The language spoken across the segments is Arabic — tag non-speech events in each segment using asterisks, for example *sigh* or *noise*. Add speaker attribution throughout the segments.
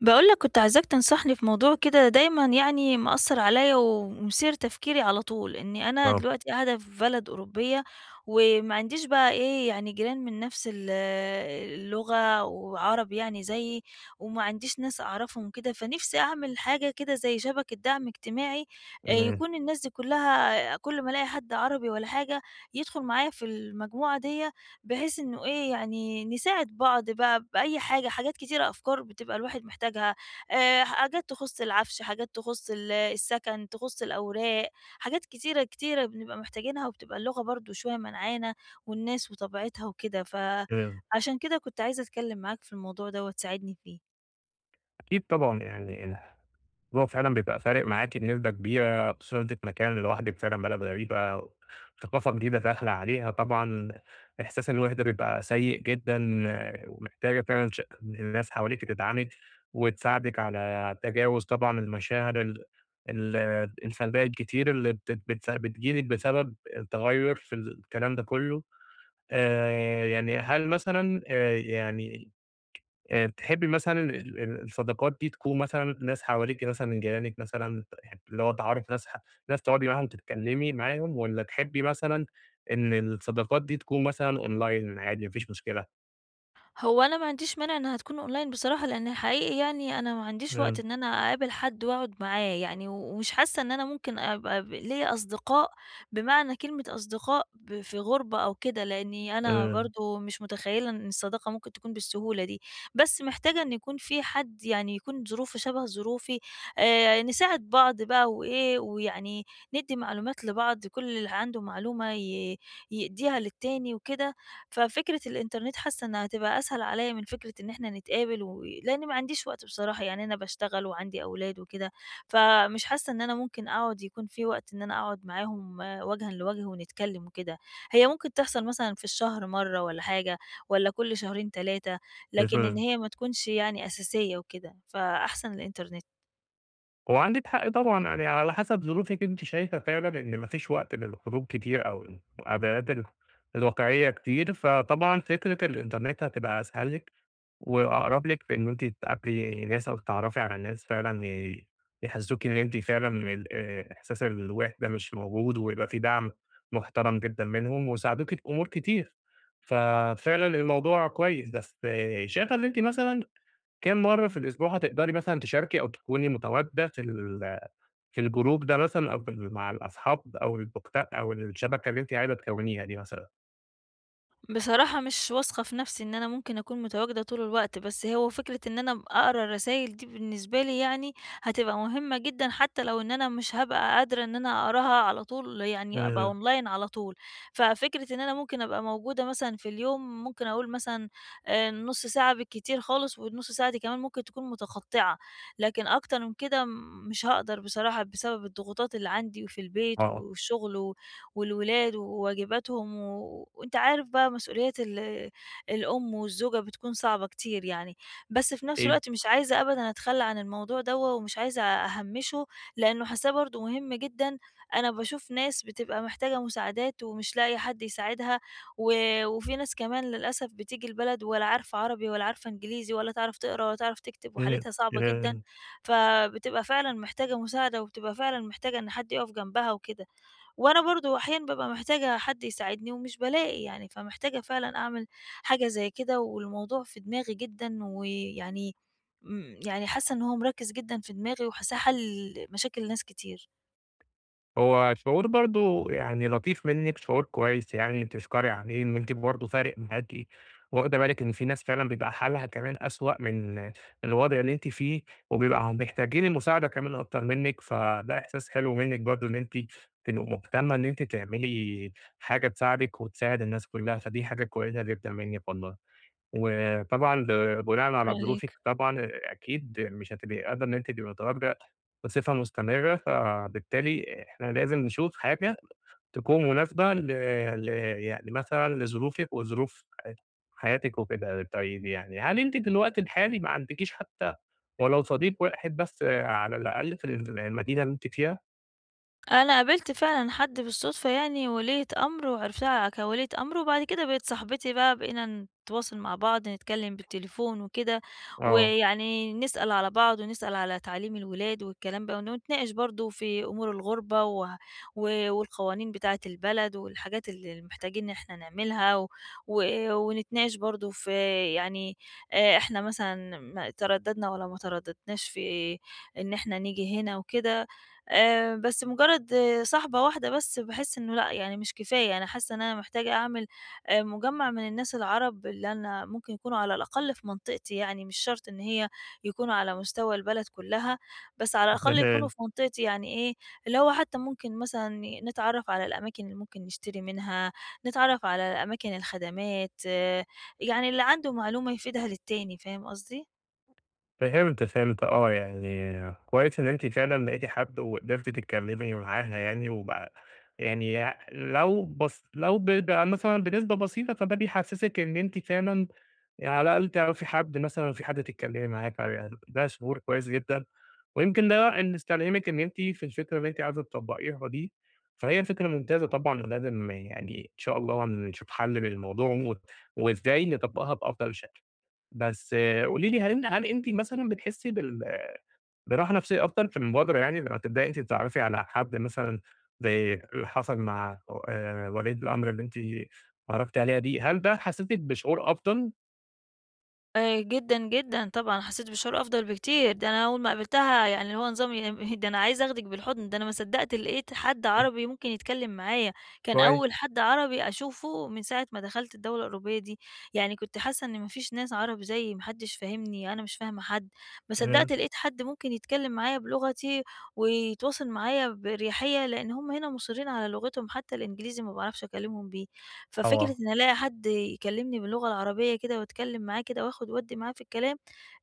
Speaker 1: باقول لك كنت عايزاك تنصحني في موضوع كده دايمًا يعني مأثّر عليَّ ومثير تفكيري على طول، إني أنا
Speaker 2: آه،
Speaker 1: دلوقتي قاعدة في بلد أوروبية، وما عنديش بقى إيه يعني جيران من نفس اللغة وعرب يعني زيي، وما عنديش ناس أعرفهم كده، فنفسي أعمل حاجة كده زي شبكة دعم اجتماعي،
Speaker 2: تمام،
Speaker 1: يكون الناس دي كلها كل ما ألاقي حد عربي ولا حاجة يدخل معايا في المجموعة ديّة، بحيث إنه يعني نساعد بعض بقى بأي حاجة، حاجات كتيرة أفكار بتبقى الواحد محتاجها، حاجات تخُص العفش، حاجات تخُص السكن، تخُص الأوراق، حاجات كتيرة، كتيرة بنبقى محتاجينها وبتبقى اللغة برضه شوية منعانا والناس وطبيعتها وكده،
Speaker 2: تمام.
Speaker 1: فعشان كده كنت عايزة أتكلّم معاك في الموضوع ده وتساعدني فيه.
Speaker 2: أكيد طبعًا يعني الموضوع فعلًا بيبقى فارق معاكِ بنسبة كبيرة، خصوصًا إن أنتِ في مكان لوحدِك فعلًا بلد غريبة، ثقافة جديدة داخلة عليها طبعًا، إحساس الوحدة بيبقى سيء جدًا، ومحتاجة فعلًا الناس حواليكِ تدعمِك وتساعدِك على تجاوز طبعًا المشاعر ال ال السلبية الكتير اللي بت بتس بتيجي لِك بسبب التغيُّر في الكلام ده كله. يعني هل مثلًا تحبّي مثلًا ال الصداقات دي تكون مثلًا ناس حواليكِ مثلًا جيرانِك مثلًا اللي هو تعرفي ناس تقعدي معاهم تتكلّمي معاهم والّا تحبّي مثلًا إن الصداقات دي تكون مثلًا أونلاين عادي ما فيش مشكلة؟
Speaker 1: هو أنا ما عنديش مانع إنها تكون أونلاين بصراحة، لإن حقيقي يعني أنا ما عنديش وقت
Speaker 2: إمم،
Speaker 1: إن أنا أقابل حد وأقعد معاه يعني، ومش حاسة إن أنا ممكن أبقى ليّا أصدقاء بمعنى كلمة أصدقاء في غُربة أو كده، لإني أنا
Speaker 2: إمم،
Speaker 1: برضه مش متخيلة إن الصداقة ممكن تكون بالسهولة دي، بس محتاجة إن يكون في حد يعني يكون ظروفه شبه ظروفي، نساعد بعض بقى وإيه، ويعني ندّي معلومات لبعض كل اللي عنده معلومة يدّيها للتاني وكده، ففكرة الإنترنت حاسة إنها هتبقى أسهل عليّا من فكرة إن إحنا نتقابل و لإن ما عنديش وقت بصراحة، يعني أنا باشتغل وعندي أولاد وكده، فمش حاسة إن أنا ممكن أقعد يكون في وقت إن أنا أقعد معاهم وجهًا لوجه ونتكلم وكده. هي ممكن تحصل مثلًا في الشهر مرّة والّا حاجة، والّا كل شهرين 3، لكن إن
Speaker 2: إمم.
Speaker 1: هي ما تكونش يعني أساسية وكده، فأحسن الإنترنت.
Speaker 2: هو عندِك حق طبعًا، يعني على حسب ظروفِك أنتِ شايفة فعلًا إن ما فيش وقت للخروج كتير أو المقابلات الواقعية كتير، فطبعًا فكرة الإنترنت هتبقى أسهل لِك وأقرب لِك في إن أنتِ تقابلي ناس أو تتعرفي على ناس فعلًا يحسسوكِ إن أنتِ فعلًا ال إحساس الوحدة مش موجود، ويبقى في دعم محترم جدًا منهم، وساعدوكِ في أمور كتير، ففعلًا الموضوع كويس، بس آه، شايفة إن أنتِ مثلًا كام مرّة في الأسبوع هتقدري مثلًا تشاركي أو تكوني متواجدة في الجروب ده مثلًا أو في ال مع الأصحاب أو البوكتا أو الشبكة اللي أنتِ عايزة تكوّنيها دي مثلًا؟
Speaker 1: بصراحة مش واثقة في نفسي إن أنا ممكن أكون متواجدة طول الوقت، بس هو فكرة إن أنا أقرا الرسايل دي بالنسبة لي يعني هتبقى مهمة جدًا، حتى لو إن أنا مش هابقى قادرة إن أنا أقراها على طول، يعني أبقى
Speaker 2: إمم،
Speaker 1: أونلاين على طول. ففكرة إن أنا ممكن أبقى موجودة مثلًا في اليوم، ممكن أقول مثلًا نُص ساعة بالكتير خالص، والنُص ساعة دي كمان ممكن تكون متقطعة، لكن أكتر من كده مش هاقدر بصراحة بسبب الضغوطات اللي عندي وفي البيت
Speaker 2: آه.
Speaker 1: والشغل و والولاد وواجباتهم و وأنت عارف بقى مسؤوليات الأم والزوجة بتكون صعبة كتير يعني، بس في نفس
Speaker 2: إيه
Speaker 1: الوقت مش عايزة أبدًا أتخلّى عن الموضوع دوّة ومش عايزة أهمّشه، لإنه حاساه برضه مهم جدًا، أنا باشوف ناس بتبقى محتاجة مساعدات ومش لاقية حد يساعدها، و وفي ناس كمان للأسف بتيجي البلد ولا عارفة عربي ولا عارفة إنجليزي ولا تعرف تقرا ولا تعرف تكتب
Speaker 2: إمم،
Speaker 1: وحالتها صعبة جدًا،
Speaker 2: إمم.
Speaker 1: فبتبقى فعلًا محتاجة مساعدة وبتبقى فعلًا محتاجة إن حد يقف جنبها وكده. وأنا برضه أحيانًا بابقى محتاجة حد يساعدني ومش بالاقي يعني، فمحتاجة فعلًا أعمل حاجة زي كده، والموضوع في دماغي جدًا، ويعني يعني حاسة إن هو مركِّز جدًا في دماغي وحاساه حل مشاكل ناس كتير.
Speaker 2: هو شعور برضه يعني لطيف منِّك، شعور كويس يعني تشكري عليه إن أنتِ برضه فارق معاكِ، واخدة بالِك إن في ناس فعلًا بيبقى حالها كمان أسوأ من الوضع اللي أنتِ فيه، وبيبقى محتاجين المساعدة كمان أكتر منِّك، فده إحساس حلو منِّك برضه إن أنتِ تبقي مهتمة إن أنتِ تعملي حاجة تساعدِك وتساعد الناس كلّها، فدي حاجة كويسة جدًا منِّك والله. وطبعًا ب بناءً على
Speaker 1: شكرًا
Speaker 2: ظروفِك
Speaker 1: ليك.
Speaker 2: طبعًا أكيد مش هتبقي قادرة إن أنتِ تبقي متواجدة بصفة مستمرة، فبالتالي إحنا لازم نشوف حاجة تكون مناسبة ل يعني مثلًا لظروفِك وظروف حياتِك وكده. طيب يعني هل أنتِ في الوقت الحالي ما عندكيش حتى ولو صديق واحد بس على الأقل في المدينة اللي أنتِ فيها؟
Speaker 1: أنا قابلت فعلًا حد بالصدفة يعني وليّة أمر وعرفتها كوليّة أمر، وبعد كده بقت صاحبتي بقى، بقينا نتواصل مع بعض، نتكلم بالتليفون وكده،
Speaker 2: آه.
Speaker 1: ويعني نسأل على بعض ونسأل على تعليم الولاد والكلام بقى، ونتناقش برضه في أمور الغُربة و و والقوانين بتاعة البلد والحاجات اللي محتاجين إن إحنا نعملها، و... ونتناقش برضه في يعني إحنا مثلًا ترددنا والّا ما ترددناش في إن إحنا نيجي هنا وكده. بس مجرد صاحبة واحدة بس باحس إنه لأ، يعني مش كفاية، أنا حاسة إن أنا محتاجة أعمل مجمّع من الناس العرب اللي أنا ممكن يكونوا على الأقل في منطقتي يعني، مش شرط إن هي يكونوا على مستوى البلد كلّها، بس على الأقل يكونوا في
Speaker 2: *laughs*
Speaker 1: منطقتي يعني اللي هو حتى ممكن مثلًا نتعرّف على الأماكن اللي ممكن نشتري منها، نتعرّف على أماكن الخدمات، آه، يعني اللي عنده معلومة يفيدها للتاني، فاهم قصدي؟
Speaker 2: فهمت، فهمت آه، يعني كويس إن أنتِ فعلًا لقيتِ حد وقدرتِ تتكلمي معاها يعني وبقى يعني لو بس لو ب ب مثلًا بنسبة بسيطة فده بيحسسِك إن أنتِ فعلًا يعني على الأقل تعرفي حد مثلًا وفي حد تتكلمي معاه فعلًا، ده شعور كويس جدًا، ويمكن ده إن استلهمِك إن أنتِ في الفكرة اللي أنتِ عايزة تطبّقيها دي، فهي فكرة ممتازة طبعًا ولازم يعني إن شاء الله نشوف حل للموضوع وإزاي نطبّقها بأفضل شكل. بس آه، قولي لي هل أنتِ مثلًا بتحسّي براحة نفسية أكتر في المبادرة يعني لمّا تبدئي أنتِ تتعرّفي على حد مثلًا زي اللي حصل مع ولية الأمر اللي أنتِ اتعرّفتِ عليها دي، هل ده حسّسِك بشعور أفضل؟
Speaker 1: جدًا، جدًا طبعًا، حسّيت بشعور أفضل بكتير، ده أنا أول ما قابلتها يعني اللي هو نظام *laughs* ده أنا عايزة آخدِك بالحضن، ده أنا ما صدّقت لقيت حد عربي ممكن يتكلّم معايا، كان
Speaker 2: كوي
Speaker 1: أول حد عربي أشوفه من ساعة ما دخلت الدولة الأوروبية دي، يعني كنت حاسّة إن ما فيش ناس عرب زيي، ما حدّش فاهمني، أنا مش فاهمة حد، ما
Speaker 2: إمم،
Speaker 1: صدّقت لقيت حد ممكن يتكلّم معايا بلغتي ويتواصل معايا بأريحية، لإن هُم هنا مُصرّين على لغتهم، حتى الإنجليزي ما باعرفش أكلّمهم بيه. ففكرة
Speaker 2: آه.
Speaker 1: إن ألاقي حد يكلمني باللغة العربية كده وأتكلم معاه كده وآخد وأدي معاه في الكلام،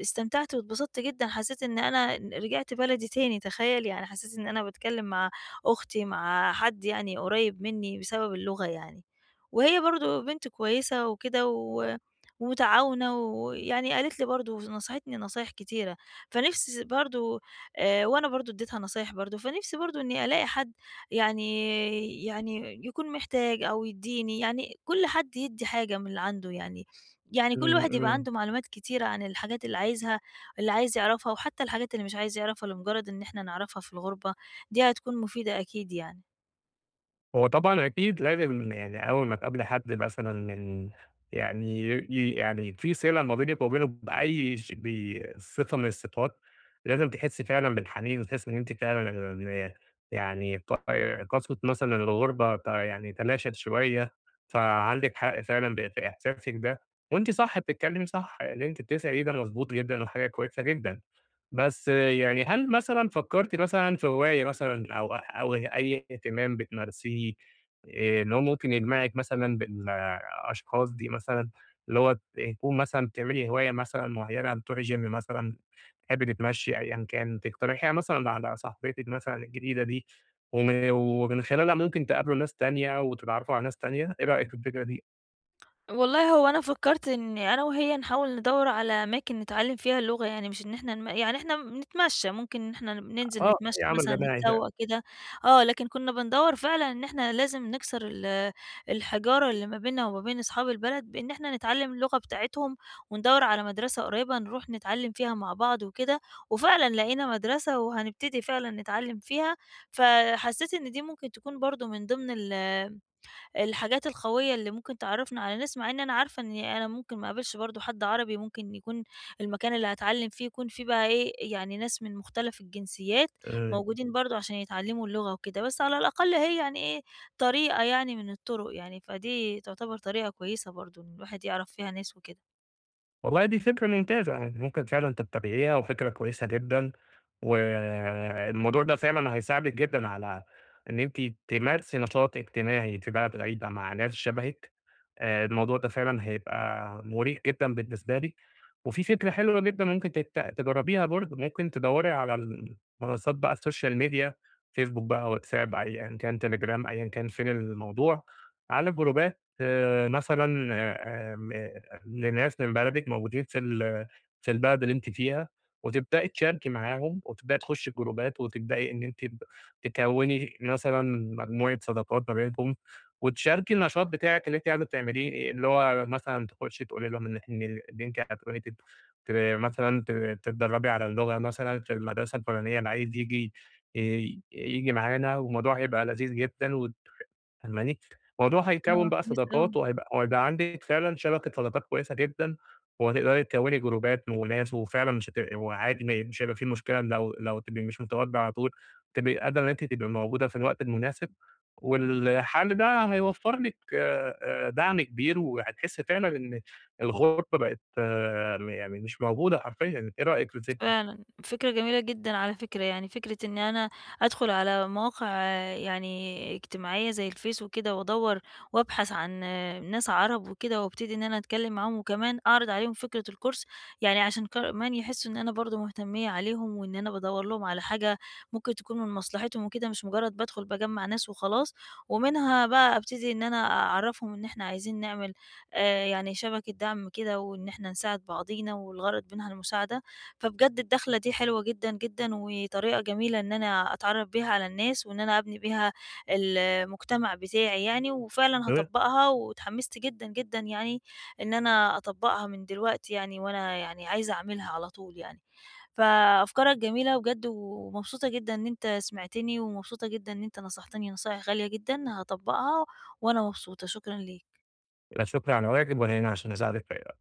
Speaker 1: استمتعت واتبسطت جدًا، حسيت إن أنا رجعت بلدي تاني تخيل! يعني حسيت إن أنا باتكلم مع أختي، مع حد يعني قريب مني بسبب اللغة يعني. وهي برضه بنت كويسة وكده و ومتعاونة ويعني قالت لي برضه نصحتني نصايح كتيرة، فنفسي برضه وأنا برضه اديتها نصايح برضه، فنفسي برضه إني ألاقي حد يعني يكون محتاج أو يدّيني، يعني كل حد يدّي حاجة من اللي عنده يعني، يعني كل
Speaker 2: إمم،
Speaker 1: واحد يبقى
Speaker 2: إمم.
Speaker 1: عنده معلومات كتيرة عن الحاجات اللي عايزها اللي عايز يعرفها، وحتى الحاجات اللي مش عايز يعرفها لمجرد إن إحنا نعرفها في الغُربة، دي هتكون مفيدة أكيد يعني.
Speaker 2: هو طبعًا أكيد لازم يعني أول ما تقابلي حد مثلًا من يعني يعني في صلة ما بينِك وما بينه بأي بصفة من الصفات، لازم تحسّي فعلًا بالحنين وتحسّي إن أنتِ فعلًا يعني قسوة مثلًا الغُربة يعني تلاشت شوية، فعندِك حق فعلًا في إحساسِك ده، وأنتِ صح بتتكلمي صح، اللي أنتِ بتسعي ده مضبوط جدًا وحاجة كويسة جدًا. بس يعني هل مثلًا فكّرتِ مثلًا في هواية مثلًا أو أي اهتمام بتمارسيه، إن هو ممكن يجمعِك مثلًا بالأشخاص دي مثلًا، اللي هو تكون مثلًا بتعملي هواية مثلًا معيّنة، بتروحي gym مثلًا، بتحبي تتمشّي أيًا كان، تقترحيها مثلًا على صاحبتِك مثلًا الجديدة دي، ومن خلالها ممكن تقابلوا ناس تانية وتتعرّفوا على ناس تانية، إيه رأيِك في الفكرة دي؟
Speaker 1: والله هو أنا فكّرت إني أنا وهي نحاول ندوّر على أماكن نتعلّم فيها اللغة، يعني مش إن إحنا نم يعني إحنا بنتمشّى، ممكن إن إحنا ننزل
Speaker 2: آه، هي
Speaker 1: نتمشّى
Speaker 2: عمل
Speaker 1: مثلًا
Speaker 2: جماعي فعلًا.
Speaker 1: نتسوّق كده، آه، لكن كُنّا بندوّر فعلًا إن إحنا لازم نكسر الحجارة اللي ما بيننا وما بين أصحاب البلد، بإن إحنا نتعلّم اللغة بتاعتهم وندوّر على مدرسة قريّبة نروح نتعلّم فيها مع بعض وكده، وفعلًا لقينا مدرسة وهنبتدي فعلًا نتعلّم فيها، فحسّيت إن دي ممكن تكون برضه من ضمن الحاجات القوية اللي ممكن تعرّفني على ناس، مع إن أنا عارفة إني أنا ممكن ما اقابلش برضه حد عربي، ممكن يكون المكان اللي هاتعلّم فيه يكون فيه بقى يعني ناس من مختلف الجنسيات
Speaker 2: آه.
Speaker 1: موجودين برضه عشان يتعلّموا اللغة وكده، بس على الأقل هي يعني إيه، طريقة يعني من الطُرق يعني، فدي تعتبر طريقة كويسة برضه إن الواحد يعرف فيها ناس وكده.
Speaker 2: والله دي فكرة ممتازة، يعني ممكن فعلًا تتبعيها وفكرة كويسة جدًا، والموضوع ده فعلًا هيساعدِك جدًا على إن أنتِ تمارسي نشاط اجتماعي في بلد بعيدة مع ناس شبهِك، الموضوع ده فعلًا هيبقى مُريح جدًا بالنسبة لِك، وفي فكرة حلوة جدًا ممكن تجربيها برضه، ممكن تدوري على المنصات بقى السوشيال ميديا، فيسبوك بقى، واتساب، أيًا كان، تليجرام، أيًا كان فين الموضوع، على جروبات آه، مثلًا آمم لناس من بلدِك موجودين في في البلد اللي أنتِ فيها، وتبدئي تشاركي معاهم، وتبدئي تخشي جروبات، وتبدئي إن أنتِ تكوّني مثلًا مجموعة صداقات ما بينكم، وتشاركي النشاط بتاعِك اللي أنتِ عايزة تعمليه، اللي هو مثلًا تخشي تقولي لهم إن أنتِ هتروحي تت ت مثلًا تتدربي على اللغة مثلًا في المدرسة الفلانية، أنا عايز ييجي ييجي معانا، والموضوع هيبقى لذيذ جدًا و فاهماني؟ الموضوع هيكوّن
Speaker 1: آه،
Speaker 2: بقى
Speaker 1: كويس أوي.
Speaker 2: صداقات وهيبقى عندِك فعلًا شبكة صداقات كويسة جدًا، وهتقدري تكوّني جروبات وناس وفعلًا مش هتبقي وعادي ما مش هيبقى في مشكلة لو تبقي مش متواجدة على طول، تبقي قادرة إن أنتِ تبقي موجودة في الوقت المناسب، والحل ده هيوفّر لِك دعم كبير، وهتحسّي فعلًا إن الغربة بقت آه، يعني مش موجودة حرفيًا، إيه رأيك في الفكرة؟
Speaker 1: فعلًا، فكرة جميلة جدًا على فكرة، يعني فكرة إن أنا أدخل على مواقع يعني اجتماعية زي الفيس وكده وأدوّر وأبحث عن ناس عرب وكده وابتدي إن أنا أتكلّم معاهم، وكمان أعرض عليهم فكرة الكورس، يعني عشان كمان يحسّوا إن أنا برضه مهتمية عليهم وإن أنا بادوّر لهم على حاجة ممكن تكون من مصلحتهم وكده، مش مجرّد بادخل باجمّع ناس وخلاص، ومنها بقى أبتدي إن أنا أعرّفهم إن إحنا عايزين نعمل يعني شبكة دعم كده وإن إحنا نساعد بعضينا والغرض منها المساعدة، فبجد الدخلة دي حلوة جدًا، جدًا، وطريقة جميلة إن أنا أتعرّف بيها على الناس، وإن أنا أبني بيها المجتمع بتاعي يعني، وفعلًا
Speaker 2: إيه؟
Speaker 1: هاطبّقها، واتحمّست جدًا، جدًا يعني إن أنا أطبّقها من دلوقتي يعني، وأنا يعني عايزة أعملها على طول يعني. فأفكارك جميلة بجد، ومبسوطة جدًا إن أنت سمعتني، ومبسوطة جدًا إن أنت نصحتني نصايح غالية جدًا، هاطبّقها وأنا مبسوطة، شكرًا ليك.
Speaker 2: لا شكر على واجب، وأنا هنا عشان أساعدِك في